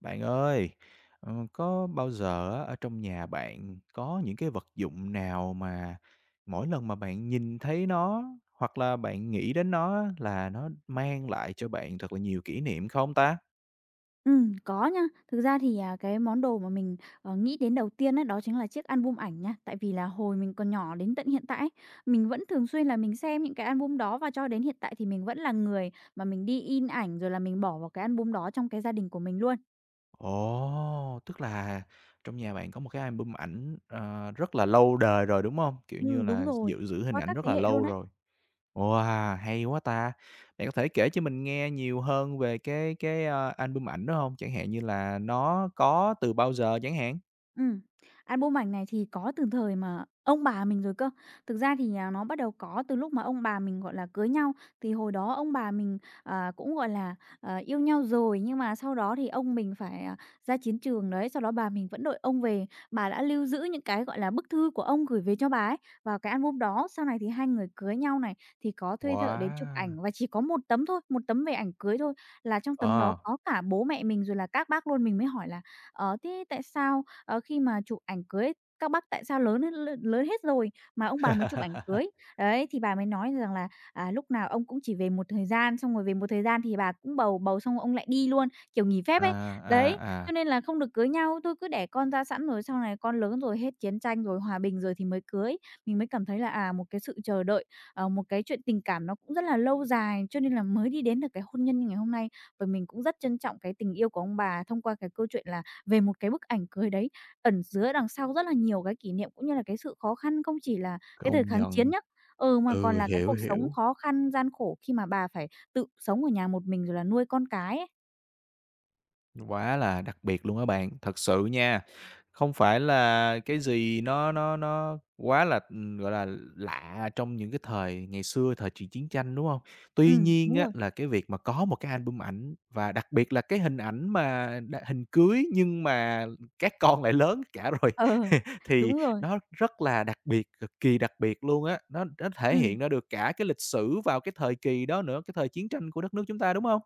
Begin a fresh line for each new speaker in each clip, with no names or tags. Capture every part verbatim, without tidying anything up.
Bạn ơi, ờ, có bao giờ á, ở trong nhà bạn có những cái vật dụng nào mà mỗi lần mà bạn nhìn thấy nó hoặc là bạn nghĩ đến nó á, là nó mang lại cho bạn thật là nhiều kỷ niệm không ta?
Ừm, có nha. Thực ra thì, à, cái món đồ mà mình, ờ, nghĩ đến đầu tiên á, đó chính là chiếc album ảnh nha. Tại vì là hồi mình còn nhỏ đến tận hiện tại ấy, mình vẫn thường xuyên là mình xem những cái album đó và cho đến hiện tại thì mình vẫn là người mà mình đi in ảnh, rồi là mình bỏ vào cái album đó trong cái gia đình của mình luôn.
Ồ, tức là trong nhà bạn có một cái album ảnh, ờ, rất là lâu đời rồi, đúng không? Kiểu như
Ừm, đúng
là,
rồi,
dự giữ hình
qua
ảnh
các
rất
thế
là
hệ luôn
lâu
ấy.
rồi. Wow, hay quá ta! Bạn có thể kể cho mình nghe nhiều hơn về cái cái, a, album ảnh đó không? Chẳng hạn như là nó có từ bao giờ chẳng hạn?
Ừm, Album ảnh này thì có từ thời mà ông bà mình rồi cơ. Thực ra thì, à, nó bắt đầu có từ lúc mà ông bà mình, gọi là, cưới nhau, thì hồi đó ông bà mình, à, cũng, gọi là, ờ, yêu nhau rồi, nhưng mà sau đó thì ông mình phải, à, ra chiến trường đấy, sau đó bà mình vẫn đợi ông về. Bà đã lưu giữ những cái, gọi là, bức thư của ông gửi về cho bà ấy vào cái album đó. Sau này thì hai người cưới nhau này, thì có thuê thợ đến chụp ảnh
Wow!
và chỉ có một tấm thôi, một tấm về ảnh cưới thôi, là trong tấm đó
Ờ.
có cả bố mẹ mình rồi là các bác luôn. Mình mới hỏi là "Ờ, thế tại sao ờ, khi mà chụp ảnh cưới các bác tại sao lớn hết l lớn hết rồi mà ông bà mới chụp ảnh cưới." Đấy, thì bà mới nói rằng là, à, lúc nào ông cũng chỉ về một thời gian, xong rồi về một thời gian thì bà cũng bầu, bầu xong rồi ông lại đi luôn, kiểu, nghỉ phép
À,
ấy. Đấy,
à, à,
cho nên là không được cưới nhau, tôi cứ đẻ con ra sẵn rồi sau này con lớn rồi hết chiến tranh rồi, hòa bình rồi thì mới cưới. Mình mới cảm thấy là, à, một cái sự chờ đợi, ờ, một cái chuyện tình cảm nó cũng rất là lâu dài, cho nên là mới đi đến được cái hôn nhân như ngày hôm nay. Và mình cũng rất trân trọng cái tình yêu của ông bà thông qua cái câu chuyện là về một cái bức ảnh cưới đấy. Ẩn chứa đằng sau rất là nhiều cái kỷ niệm, cũng như là cái sự khó khăn không chỉ là cái thời
công
kháng chiến
nhận.
nhá, ừ, mà còn
Ừ,
là cái
hiểu,
cuộc sống
hiểu.
khó khăn, gian khổ khi mà bà phải tự sống ở nhà một mình rồi là nuôi con cái ấy.
Quá là đặc biệt luôn á bạn, thật sự nha. Không phải là cái gì nó nó nó quá là, ừm, gọi là, lạ trong những cái thời ngày xưa, thời chuyện chiến tranh, đúng không? Tuy
Ừm,
nhiên
đúng
á,
rồi.
là cái việc mà có một cái album ảnh và đặc biệt là cái hình ảnh mà đ hình cưới nhưng mà các con lại lớn cả rồi,
Ờ,
thì
đúng rồi.
nó rất là đặc biệt, cực kỳ đặc biệt luôn á. Nó nó thể
Ừm,
hiện ra được cả cái lịch sử vào cái thời kỳ đó nữa, cái thời chiến tranh của đất nước chúng ta, đúng không?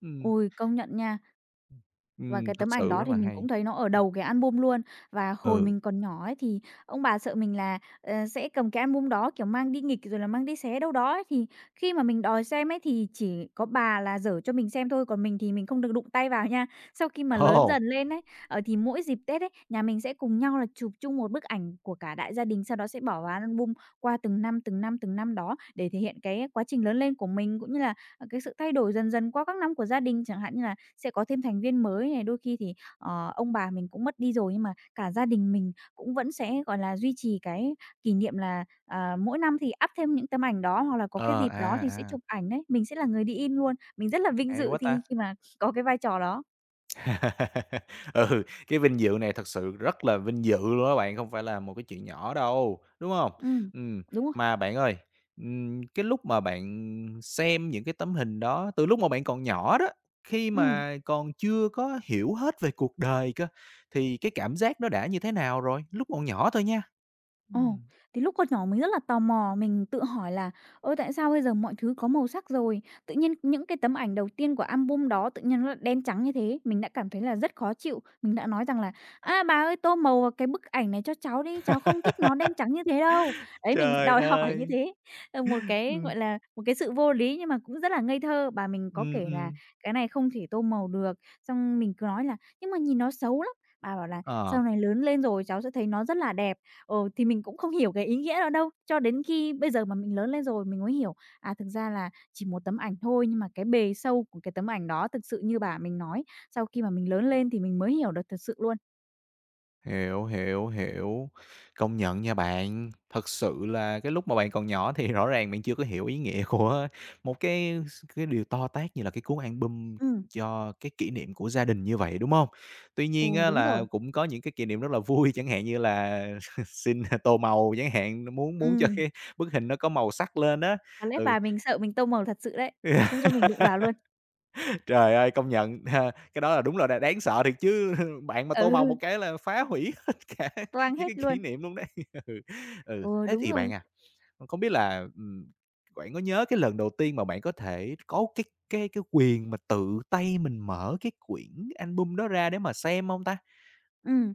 Ừm,
ôi, công nhận nha. Và
ừm,
cái
thật
tấm ảnh
sự
đó
rất
thì
là
mình
hay.
cũng thấy nó ở đầu cái album luôn. Và hồi
Ừ,
mình còn nhỏ ấy thì ông bà sợ mình là, ờ, sẽ cầm cái album đó, kiểu, mang đi nghịch rồi là mang đi xé đâu đó ấy, thì khi mà mình đòi xem ấy thì chỉ có bà là dở cho mình xem thôi, còn mình thì mình không được đụng tay vào nha. Sau khi mà lớn
ồ!
dần lên ấy, ờ, thì mỗi dịp Tết ấy, nhà mình sẽ cùng nhau là chụp chung một bức ảnh của cả đại gia đình, sau đó sẽ bỏ vào album qua từng năm, từng năm, từng năm đó để thể hiện cái quá trình lớn lên của mình, cũng như là, ờ, cái sự thay đổi dần dần qua các năm của gia đình. Chẳng hạn như là sẽ có thêm thành viên mới này, đôi khi thì, ờ, ông bà mình cũng mất đi rồi, nhưng mà cả gia đình mình cũng vẫn sẽ, gọi là, duy trì cái kỷ niệm là, à, mỗi năm thì up thêm những tấm ảnh đó, hoặc là có cái
Ờ,
dịp đó
à,
thì sẽ
à,
chụp ảnh đấy, mình sẽ là người đi in luôn. Mình rất là vinh
hay
dự
quá
thi khi
ta!
mà có cái vai trò đó.
Ừ, cái vinh dự này thật sự rất là vinh dự luôn á bạn, không phải là một cái chuyện nhỏ đâu, đúng hông?
Ừm,
Ừm,
đúng rồi,
mà bạn ơi, ừm, cái lúc mà bạn xem những cái tấm hình đó, từ lúc mà bạn còn nhỏ đó, khi
ừm.
mà còn chưa có hiểu hết về cuộc đời cơ, thì cái cảm giác nó đã như thế nào rồi? Lúc còn nhỏ thôi nha.
Ồ,
Ừm.
thì lúc còn nhỏ mình rất là tò mò, mình tự hỏi là "Ôi tại sao bây giờ mọi thứ có màu sắc rồi? Tự nhiên những cái tấm ảnh đầu tiên của album đó tự nhiên nó lại đen trắng như thế?" Mình đã cảm thấy là rất khó chịu. Mình đã nói rằng là "À bà ơi, tô màu vào cái bức ảnh này cho cháu đi, cháu không thích nó đen trắng như thế đâu." Đấy, mình
Trời
đòi hỏi như
ơi!
thế, ờ, một cái,
Ừm,
gọi là, một cái sự vô lý nhưng mà cũng rất là ngây thơ. Bà mình có
ừm,
kể là
ừm,
"Cái này không thể tô màu được." Xong mình cứ nói là "Nhưng mà nhìn nó xấu lắm." Bà bảo là
ờ.
"Sau này lớn lên rồi cháu sẽ thấy nó rất là đẹp." Ừ, thì mình cũng không hiểu cái ý nghĩa đó đâu, cho đến khi bây giờ mà mình lớn lên rồi mình mới hiểu, à, thực ra là chỉ một tấm ảnh thôi, nhưng mà cái bề sâu của cái tấm ảnh đó thực sự như bà mình nói, sau khi mà mình lớn lên thì mình mới hiểu được thật sự luôn.
Hiểu, hiểu, hiểu. Công nhận nha bạn, thật sự là cái lúc mà bạn còn nhỏ thì rõ ràng bạn chưa có hiểu ý nghĩa của một cái cái điều to tát như là cái cuốn album
Ừm,
cho cái kỷ niệm của gia đình như vậy, đúng không? Tuy nhiên
ồ
á
đúng rồi,
là cũng có những cái kỷ niệm rất là vui, chẳng hạn như là xin tô màu chẳng hạn, muốn muốn cho
ừm,
cái bức hình nó có màu sắc lên á.
có lẽ
Ừ.
bà mình sợ mình tô màu thật sự đấy, không cho mình đụng vào luôn.
Trời ơi, công nhận, ha, cái đó là đúng là đ đáng sợ thiệt chứ, bạn mà tô màu
Ừ,
một cái là phá hủy hết cả
toang
những cái
hết luôn.
kỷ niệm luôn đấy. Ừ, ừ,
Ừ,
thế
đúng
thì
rồi,
bạn à, không biết là, ừm, bạn có nhớ cái lần đầu tiên mà bạn có thể có cái cái cái quyền mà tự tay mình mở cái quyển album đó ra để mà xem không ta?
ừm.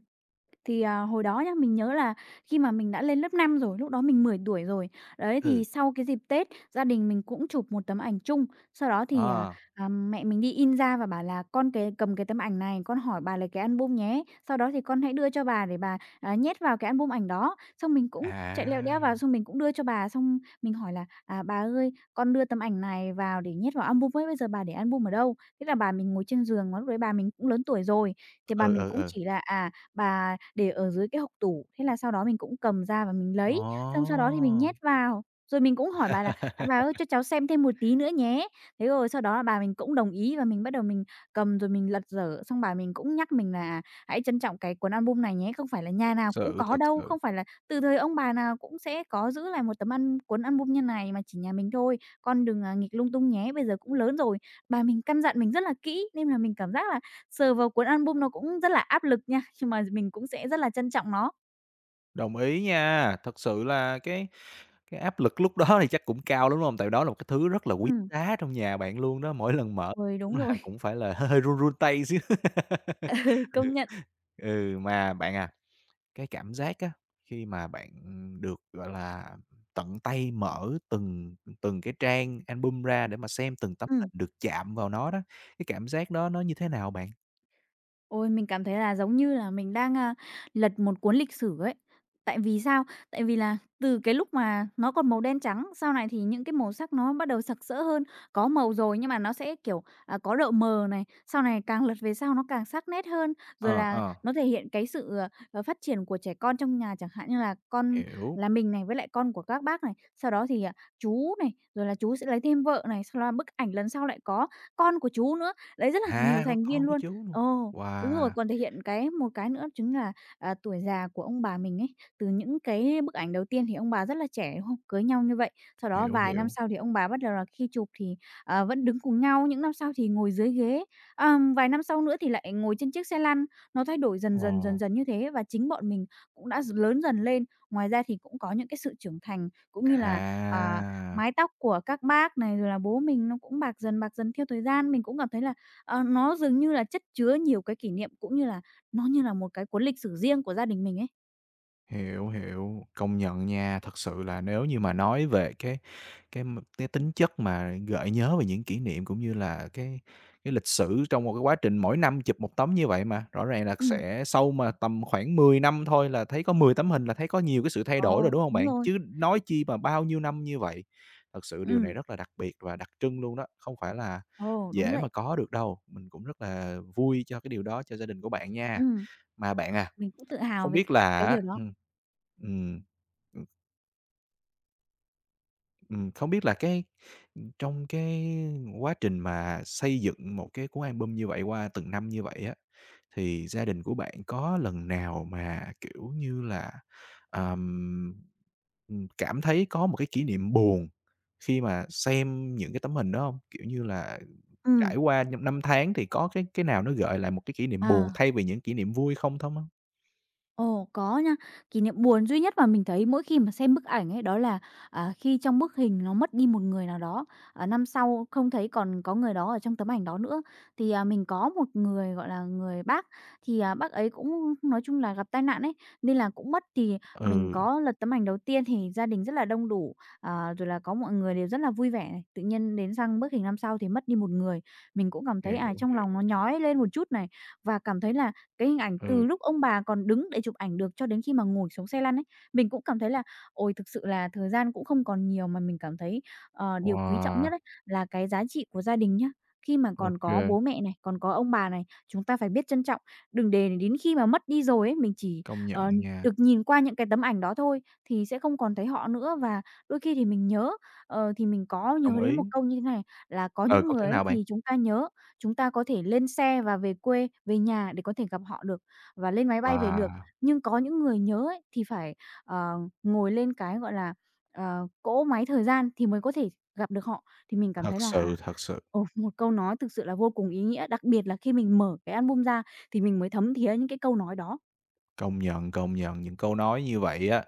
Thì, à, hồi đó nhá, mình nhớ là khi mà mình đã lên lớp năm rồi, lúc đó mình mười tuổi rồi. Đấy, thì
Ừ,
sau cái dịp Tết, gia đình mình cũng chụp một tấm ảnh chung. Sau đó thì, à,
ờ,
à, mẹ mình đi in ra và bảo là "Con cái cầm cái tấm ảnh này, con hỏi bà lấy cái album nhé. Sau đó thì con hãy đưa cho bà để bà, à, nhét vào cái album ảnh đó." Xong mình cũng chạy leo đéo
à,
vào, xong mình cũng đưa cho bà, xong mình hỏi là "À, bà ơi, con đưa tấm ảnh này vào để nhét vào album ấy, bây giờ bà để album ở đâu?" Thế là bà mình ngồi trên giường, mà lúc đấy bà mình cũng lớn tuổi rồi, thì bà
ừ,
mình
ừ,
cũng
ừ,
chỉ là, à, bà để ở dưới cái hộc tủ, thế là sau đó mình cũng cầm ra và mình lấy, xong sau đó thì mình
ồ!
nhét vào. Rồi mình cũng hỏi bà là "À, bà ơi, cho cháu xem thêm một tí nữa nhé." Thế rồi sau đó là bà mình cũng đồng ý và mình bắt đầu mình cầm rồi mình lật dở, xong bà mình cũng nhắc mình là "À, hãy trân trọng cái cuốn album này nhé, không phải là nhà nào cũng
Sự,
có
thật
đâu,
sự,
không phải là từ thời ông bà nào cũng sẽ có giữ lại một tấm ăn cuốn album như này, mà chỉ nhà mình thôi, con đừng, à, nghịch lung tung nhé, bây giờ cũng lớn rồi." Bà mình căn dặn mình rất là kỹ nên là mình cảm giác là sờ vào cuốn album nó cũng rất là áp lực nha, nhưng mà mình cũng sẽ rất là trân trọng nó.
đồng ý nha, thật sự là cái Cái áp lực lúc đó thì chắc cũng cao lắm, đúng hông? Tại đó là một cái thứ rất là quý
Ừm,
giá trong nhà bạn luôn đó, mỗi lần mở
rồi, đúng
cũng là
rồi,
cũng phải là hơi hơi run run tay xíu.
ừ, công nhận.
Ừ, mà bạn à, cái cảm giác á, khi mà bạn được, gọi là, tận tay mở từng từng cái trang album ra để mà xem từng tấm
Ừm.
hình, được chạm vào nó đó, cái cảm giác đó nó như thế nào bạn?
Ôi, mình cảm thấy là giống như là mình đang, a, lật một cuốn lịch sử ấy. Tại vì sao? Tại vì là từ cái lúc mà nó còn màu đen trắng, sau này thì những cái màu sắc nó bắt đầu sặc sỡ hơn, có màu rồi nhưng mà nó sẽ, kiểu, à, có độ mờ này, sau này càng lật về sau nó càng sắc nét hơn, rồi
Ờ,
là
ờ,
nó thể hiện cái sự, ờ, ờ, phát triển của trẻ con trong nhà, chẳng hạn như là con
hiểu.
là mình này với lại con của các bác này, sau đó thì, à, chú này, rồi là chú sẽ lấy thêm vợ này, sau đó bức ảnh lần sau lại có con của chú nữa. Đấy, rất là nhiều
À, có
thành viên
con, có
luôn.
chú luôn.
Ồ, đúng rồi,
Wow,
còn thể hiện cái một cái nữa chính là, à, tuổi già của ông bà mình ấy. Từ những cái bức ảnh đầu tiên thì ông bà rất là trẻ, đúng không? Cưới nhau như vậy, sau đó
hiểu,
vài năm
hiểu.
sau thì ông bà bắt đầu là khi chụp thì, ờ, vẫn đứng cùng nhau, những năm sau thì ngồi dưới ghế, ờm, vài năm sau nữa thì lại ngồi trên chiếc xe lăn. Nó thay đổi dần
Ồ,
dần, dần dần như thế và chính bọn mình cũng đã d lớn dần lên. Ngoài ra thì cũng có những cái sự trưởng thành, cũng như là, à,
à!
mái tóc của các bác này, rồi là bố mình nó cũng bạc dần, bạc dần theo thời gian. Mình cũng cảm thấy là Ờ, nó dường như là chất chứa nhiều cái kỷ niệm, cũng như là nó như là một cái cuốn lịch sử riêng của gia đình mình ấy.
Hiểu, hiểu, công nhận nha. Thật sự là nếu như mà nói về cái cái m cái tính chất mà gợi nhớ về những kỷ niệm, cũng như là cái cái lịch sử trong một cái quá trình mỗi năm chụp một tấm như vậy mà, rõ ràng là
Ừm.
sẽ sau mà tầm khoảng mười năm thôi là thấy có mười tấm hình là thấy có nhiều cái sự thay
Ờ,
đổi rồi, đúng không
đúng
bạn?
rồi.
Chứ nói chi mà bao nhiêu năm như vậy. Thật sự điều này
Ừm.
rất là đặc biệt và đặc trưng luôn đó, không phải là
Ồ, đúng
dễ
vậy.
mà có được đâu. Mình cũng rất là vui cho cái điều đó cho gia đình của bạn nha.
Ừm,
Mà bạn à
mình cũng tự hào
không
về c
biết là
cái
á
điều đó.
ừm, ừm, ừm, ừm, không biết là cái, trong cái quá trình mà xây dựng một cái cuốn album như vậy qua từng năm như vậy á, thì gia đình của bạn có lần nào mà, kiểu như là, ờm, ừm, cảm thấy có một cái kỷ niệm buồn khi mà xem những cái tấm hình đó hông? Kiểu như là,
Ừm.
trải qua năm năm tháng thì có cái cái nào nó gợi lại một cái kỷ niệm buồn
Ờ.
thay vì những kỷ niệm vui không thông hông?
Ồ, có nha. Kỷ niệm buồn duy nhất mà mình thấy mỗi khi mà xem bức ảnh ấy, đó là, à, khi trong bức hình nó mất đi một người nào đó, à, năm sau không thấy còn có người đó ở trong tấm ảnh đó nữa. Thì, à, mình có một người, gọi là, người bác, thì, à, bác ấy cũng nói chung là gặp tai nạn ấy, nên là cũng mất. Thì mình
Ừ,
có lật tấm ảnh đầu tiên thì gia đình rất là đông đủ, à, rồi là có mọi người đều rất là vui vẻ này, tự nhiên đến sang bức hình năm sau thì mất đi một người. Mình cũng cảm thấy, à,
hiểu,
trong lòng nó
hiểu,
nhói lên một chút này, và cảm thấy là cái hình ảnh từ
ừ,
lúc ông bà còn đứng để chụp ảnh được cho đến khi mà ngồi xuống xe lăn ấy, mình cũng cảm thấy là "Ôi, thực sự là thời gian cũng không còn nhiều." Mà mình cảm thấy, ờ, điều quý trọng
wow.
nhất ấy là cái giá trị của gia đình nhá. Khi mà còn có
Ok,
bố mẹ này, còn có ông bà này, chúng ta phải biết trân trọng, đừng để đến khi mà mất đi rồi ấy, mình chỉ,
công nhận
ờ,
nha,
được nhìn qua những cái tấm ảnh đó thôi thì sẽ không còn thấy họ nữa. Và đôi khi thì mình nhớ, ờ, thì mình có nhớ
đồng
đến
ý.
một câu như thế này là "Có
Ờ,
những
câu
người
thế
ấy
nào bạn?
thì chúng ta nhớ, chúng ta có thể lên xe và về quê, về nhà để có thể gặp họ được và lên máy bay về được.
Wow,
Nhưng có những người nhớ ấy, thì phải, ờ, ngồi lên cái, gọi là, ờ, cỗ máy thời gian thì mới có thể gặp được họ." Thì mình cảm
thật
thấy là,
sự,
à,
thật sự,
ồ, một câu nói thực sự là vô cùng ý nghĩa, đặc biệt là khi mình mở cái album ra thì mình mới thấm thía những cái câu nói đó.
công nhận, công nhận những câu nói như vậy á,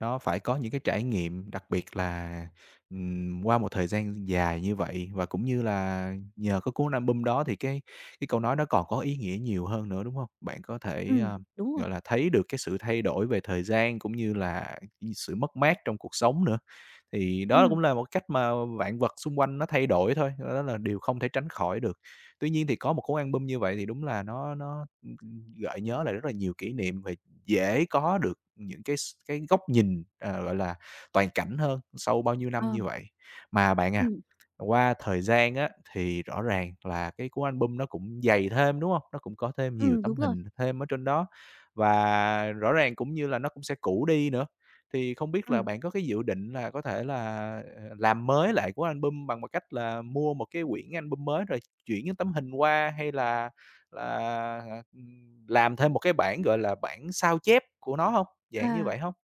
nó phải có những cái trải nghiệm, đặc biệt là, ừm, qua một thời gian dài như vậy và cũng như là nhờ có cuốn album đó thì cái cái câu nói đó còn có ý nghĩa nhiều hơn nữa, đúng hông? Bạn có thể,
Ừm,
ờ,
đúng rồi.
gọi là, thấy được cái sự thay đổi về thời gian cũng như là sự mất mát trong cuộc sống nữa. Thì đó
ừm,
cũng là một cách mà vạn vật xung quanh nó thay đổi thôi, đó là điều không thể tránh khỏi được. Tuy nhiên thì có một cuốn album như vậy thì đúng là nó nó, gợi nhớ lại rất là nhiều kỷ niệm và dễ có được những cái s cái góc nhìn, ờ, gọi là, toàn cảnh hơn sau bao nhiêu
ờ,
năm như vậy. Mà bạn à,
ừm,
qua thời gian á, thì rõ ràng là cái cuốn album nó cũng dày thêm, đúng hông? Nó cũng có thêm nhiều
ừm, đúng
tấm
rồi.
hình thêm ở trên đó và rõ ràng cũng như là nó cũng sẽ cũ đi nữa. Thì không biết là
ừm,
bạn có cái dự định là có thể là, ờ, làm mới lại cuốn album bằng một cách là mua một cái quyển album mới rồi chuyển những tấm hình qua hay là là, à, ừm, làm thêm một cái bản, gọi là, bản sao chép của nó hông? Dạng như
à,
vậy hông?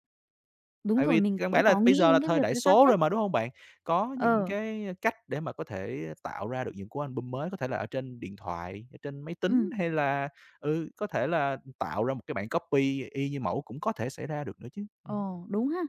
đúng
Tại
rồi,
vì
mình
căn
cũng
bản là
có
bây
nghĩ
giờ là
đến cái
thời
việc
đại
ra sao
số rồi
chép.
mà, đúng hông bạn? Có những
Ờ,
cái cách để mà có thể tạo ra được những cuốn album mới, có thể là ở trên điện thoại, ở trên máy tính
ừm.
hay là, ừ, có thể là tạo ra một cái bản copy y như mẫu cũng có thể xảy ra được nữa chứ. Ừm.
Ồ, đúng ha.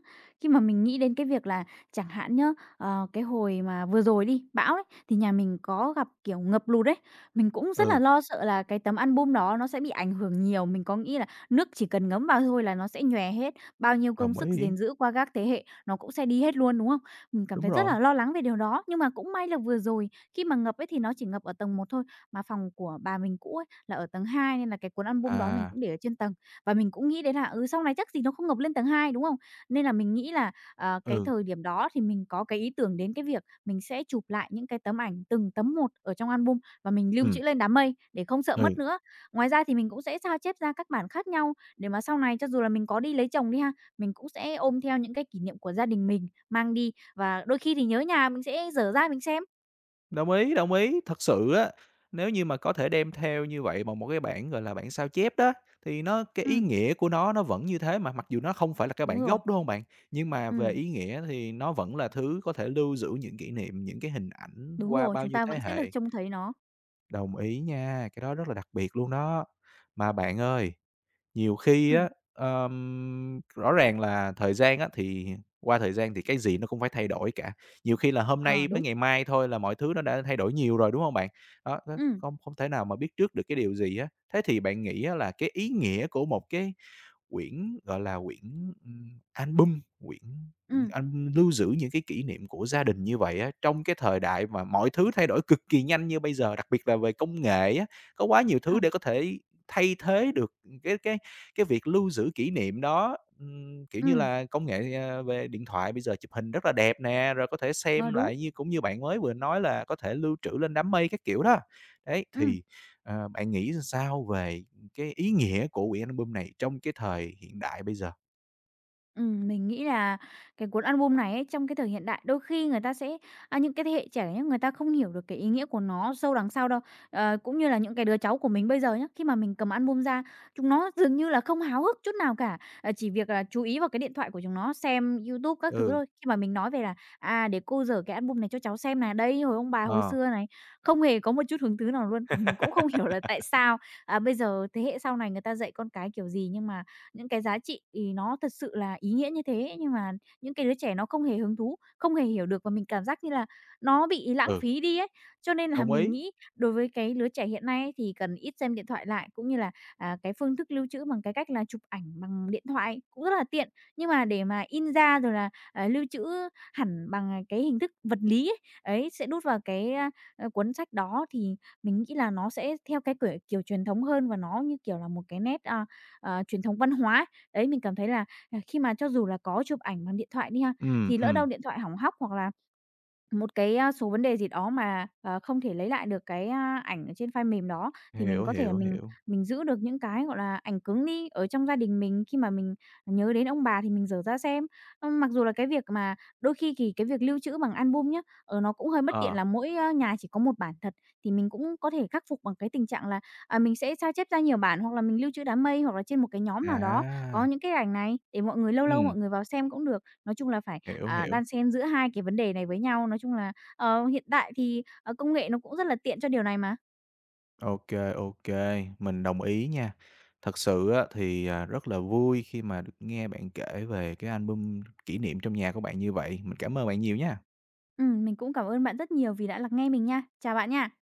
Khi mà mình nghĩ đến cái việc là chẳng hạn nhá, ờ, cái hồi mà vừa rồi đi, bão đấy, thì nhà mình có gặp, kiểu, ngập lụt đấy. Mình cũng rất là
Ừ,
lo sợ là cái tấm album đó nó sẽ bị ảnh hưởng nhiều. Mình có nghĩ là nước chỉ cần ngấm vào thôi là nó sẽ nhòe hết, bao nhiêu công
đồng
sức
ý,
gìn giữ qua các thế hệ nó cũng sẽ đi hết luôn, đúng không? Mình cảm
đúng
thấy rất
rồi.
là lo lắng về điều đó, nhưng mà cũng may là vừa rồi khi mà ngập ấy thì nó chỉ ngập ở tầng một thôi, mà phòng của bà mình cũ ấy là ở tầng hai nên là cái cuốn album đó mình
À,
cũng để ở trên tầng. Và mình cũng nghĩ đến là, ừ, sau này chắc gì nó không ngập lên tầng hai đúng không? Nên là mình nghĩ là, ờ, cái
ừ,
thời điểm đó thì mình có cái ý tưởng đến cái việc mình sẽ chụp lại những cái tấm ảnh từng tấm một ở trong album và mình lưu
ừm,
trữ lên đám mây để không sợ
ừ.
mất nữa. Ngoài ra thì mình cũng sẽ sao chép ra các bản khác nhau để mà sau này cho dù là mình có đi lấy chồng đi ha, mình cũng sẽ ôm theo những cái kỷ niệm của gia đình mình mang đi và đôi khi thì nhớ nhà mình sẽ dở ra mình xem.
Đồng ý, đồng ý. Thật sự á, nếu như mà có thể đem theo như vậy bằng một cái bản gọi là, bản sao chép đó, thì nó cái ý
Ừm,
nghĩa của nó nó vẫn như thế mà, mặc dù nó không phải là cái
đúng
bản
rồi.
gốc, đúng không bạn? Nhưng mà về
Ừm,
ý nghĩa thì nó vẫn là thứ có thể lưu giữ những kỷ niệm, những cái hình ảnh
đúng
qua
rồi,
bao
chúng
nhiêu
ta
thế
vẫn sẽ được
hệ.
trông thấy nó.
Đồng ý nha, cái đó rất là đặc biệt luôn đó. Mà bạn ơi nhiều khi
Ừm,
á, ờm, rõ ràng là thời gian á, thì qua thời gian thì cái gì nó cũng phải thay đổi cả. Nhiều khi là hôm
ờ,
nay với
đúng.
ngày mai thôi là mọi thứ nó đã thay đổi nhiều rồi, đúng hông bạn? Đó, nó
Ừm,
không không thể nào mà biết trước được cái điều gì á. Thế thì bạn nghĩ á là cái ý nghĩa của một cái quyển, gọi là, quyển, ừm, album, quyển,
ừm,
ừm, lưu giữ những cái kỷ niệm của gia đình như vậy á, trong cái thời đại mà mọi thứ thay đổi cực kỳ nhanh như bây giờ, đặc biệt là về công nghệ á, có quá nhiều
ờ,
thứ để có thể thay thế được, cái cái cái việc lưu giữ kỷ niệm đó. Ừm, kiểu như
ừm.
là, công nghệ, ờ, về điện thoại bây giờ chụp hình rất là đẹp nè, rồi có thể
Ờ,
xem
đúng.
lại như cũng như bạn mới vừa nói là có thể lưu trữ lên đám mây các kiểu đó. Đấy,
Ừm,
thì, ờ, bạn nghĩ sao về cái ý nghĩa của quyển album này trong cái thời hiện đại bây giờ?
ừm, mình nghĩ là cái cuốn album này ấy, trong cái thời hiện đại đôi khi người ta sẽ à, những cái thế hệ trẻ nhá, người ta không hiểu được cái ý nghĩa của nó sâu đằng sau đâu. Ờ, cũng như là những cái đứa cháu của mình bây giờ nhá, khi mà mình cầm album ra, chúng nó dường như là không háo hức chút nào cả, ờ, chỉ việc là chú ý vào cái điện thoại của chúng nó, xem YouTube các thứ
Ừ,
thôi. Khi mà mình nói về là "À, để cô dở cái album này cho cháu xem này, đây, hồi ông bà hồi
ờ,
xưa này", không hề có một chút hứng thú nào luôn, và mình cũng không hiểu là tại sao, à, bây giờ thế hệ sau này người ta dạy con cái kiểu gì nhưng mà những cái giá trị thì nó thật sự là ý nghĩa như thế, nhưng mà những cái đứa trẻ nó không hề hứng thú, không hề hiểu được và mình cảm giác như là nó bị lãng
ừ,
phí đi ấy. Cho nên là
đồng
mình
ý.
nghĩ đối với cái lứa trẻ hiện nay ấy thì cần ít xem điện thoại lại, cũng như là, à, cái phương thức lưu trữ bằng cái cách là chụp ảnh bằng điện thoại cũng rất là tiện. Nhưng mà để mà in ra rồi là, à, lưu trữ hẳn bằng, à, cái hình thức vật lý ấy, ấy, sẽ đút vào cái, a, ờ, cuốn sách đó thì mình nghĩ là nó sẽ theo cái, kiểu, kiểu truyền thống hơn và nó như kiểu là một cái nét, a, ờ, truyền thống văn hóa ấy. Đấy, mình cảm thấy là, à, khi mà cho dù là có chụp ảnh bằng điện thoại đi ha,
Ừm,
thì lỡ đâu
ừm,
điện thoại hỏng hóc hoặc là một cái, a, số vấn đề gì đó mà, ờ, không thể lấy lại được cái, a, ảnh ở trên file mềm đó, thì mình
hiểu,
có thể là
hiểu,
mình
hiểu.
mình giữ được những cái, gọi là, ảnh cứng đi, ở trong gia đình mình khi mà mình nhớ đến ông bà thì mình dở ra xem. Ừm, mặc dù là cái việc mà đôi khi thì cái việc lưu trữ bằng album nhá, ở nó cũng hơi bất tiện
Ờ,
là mỗi, a, nhà chỉ có một bản thật, thì mình cũng có thể khắc phục bằng cái tình trạng là, à, mình sẽ sao chép ra nhiều bản, hoặc là mình lưu trữ đám mây, hoặc là trên một cái nhóm nào đó có
à,
những cái ảnh này để mọi người lâu lâu
ừm,
mọi người vào xem cũng được. Nói chung là phải
hiểu,
à,
hiểu.
đan xen giữa hai cái vấn đề này với nhau. Nói chung là, ờ, hiện tại thì, ờ, công nghệ nó cũng rất là tiện cho điều này mà.
Ok, ok, mình đồng ý nha. Thật sự á thì, à, rất là vui khi mà được nghe bạn kể về cái album kỷ niệm trong nhà của bạn như vậy. Mình cảm ơn bạn nhiều nha.
Ừm, mình cũng cảm ơn bạn rất nhiều vì đã lắng nghe mình nha. Chào bạn nha.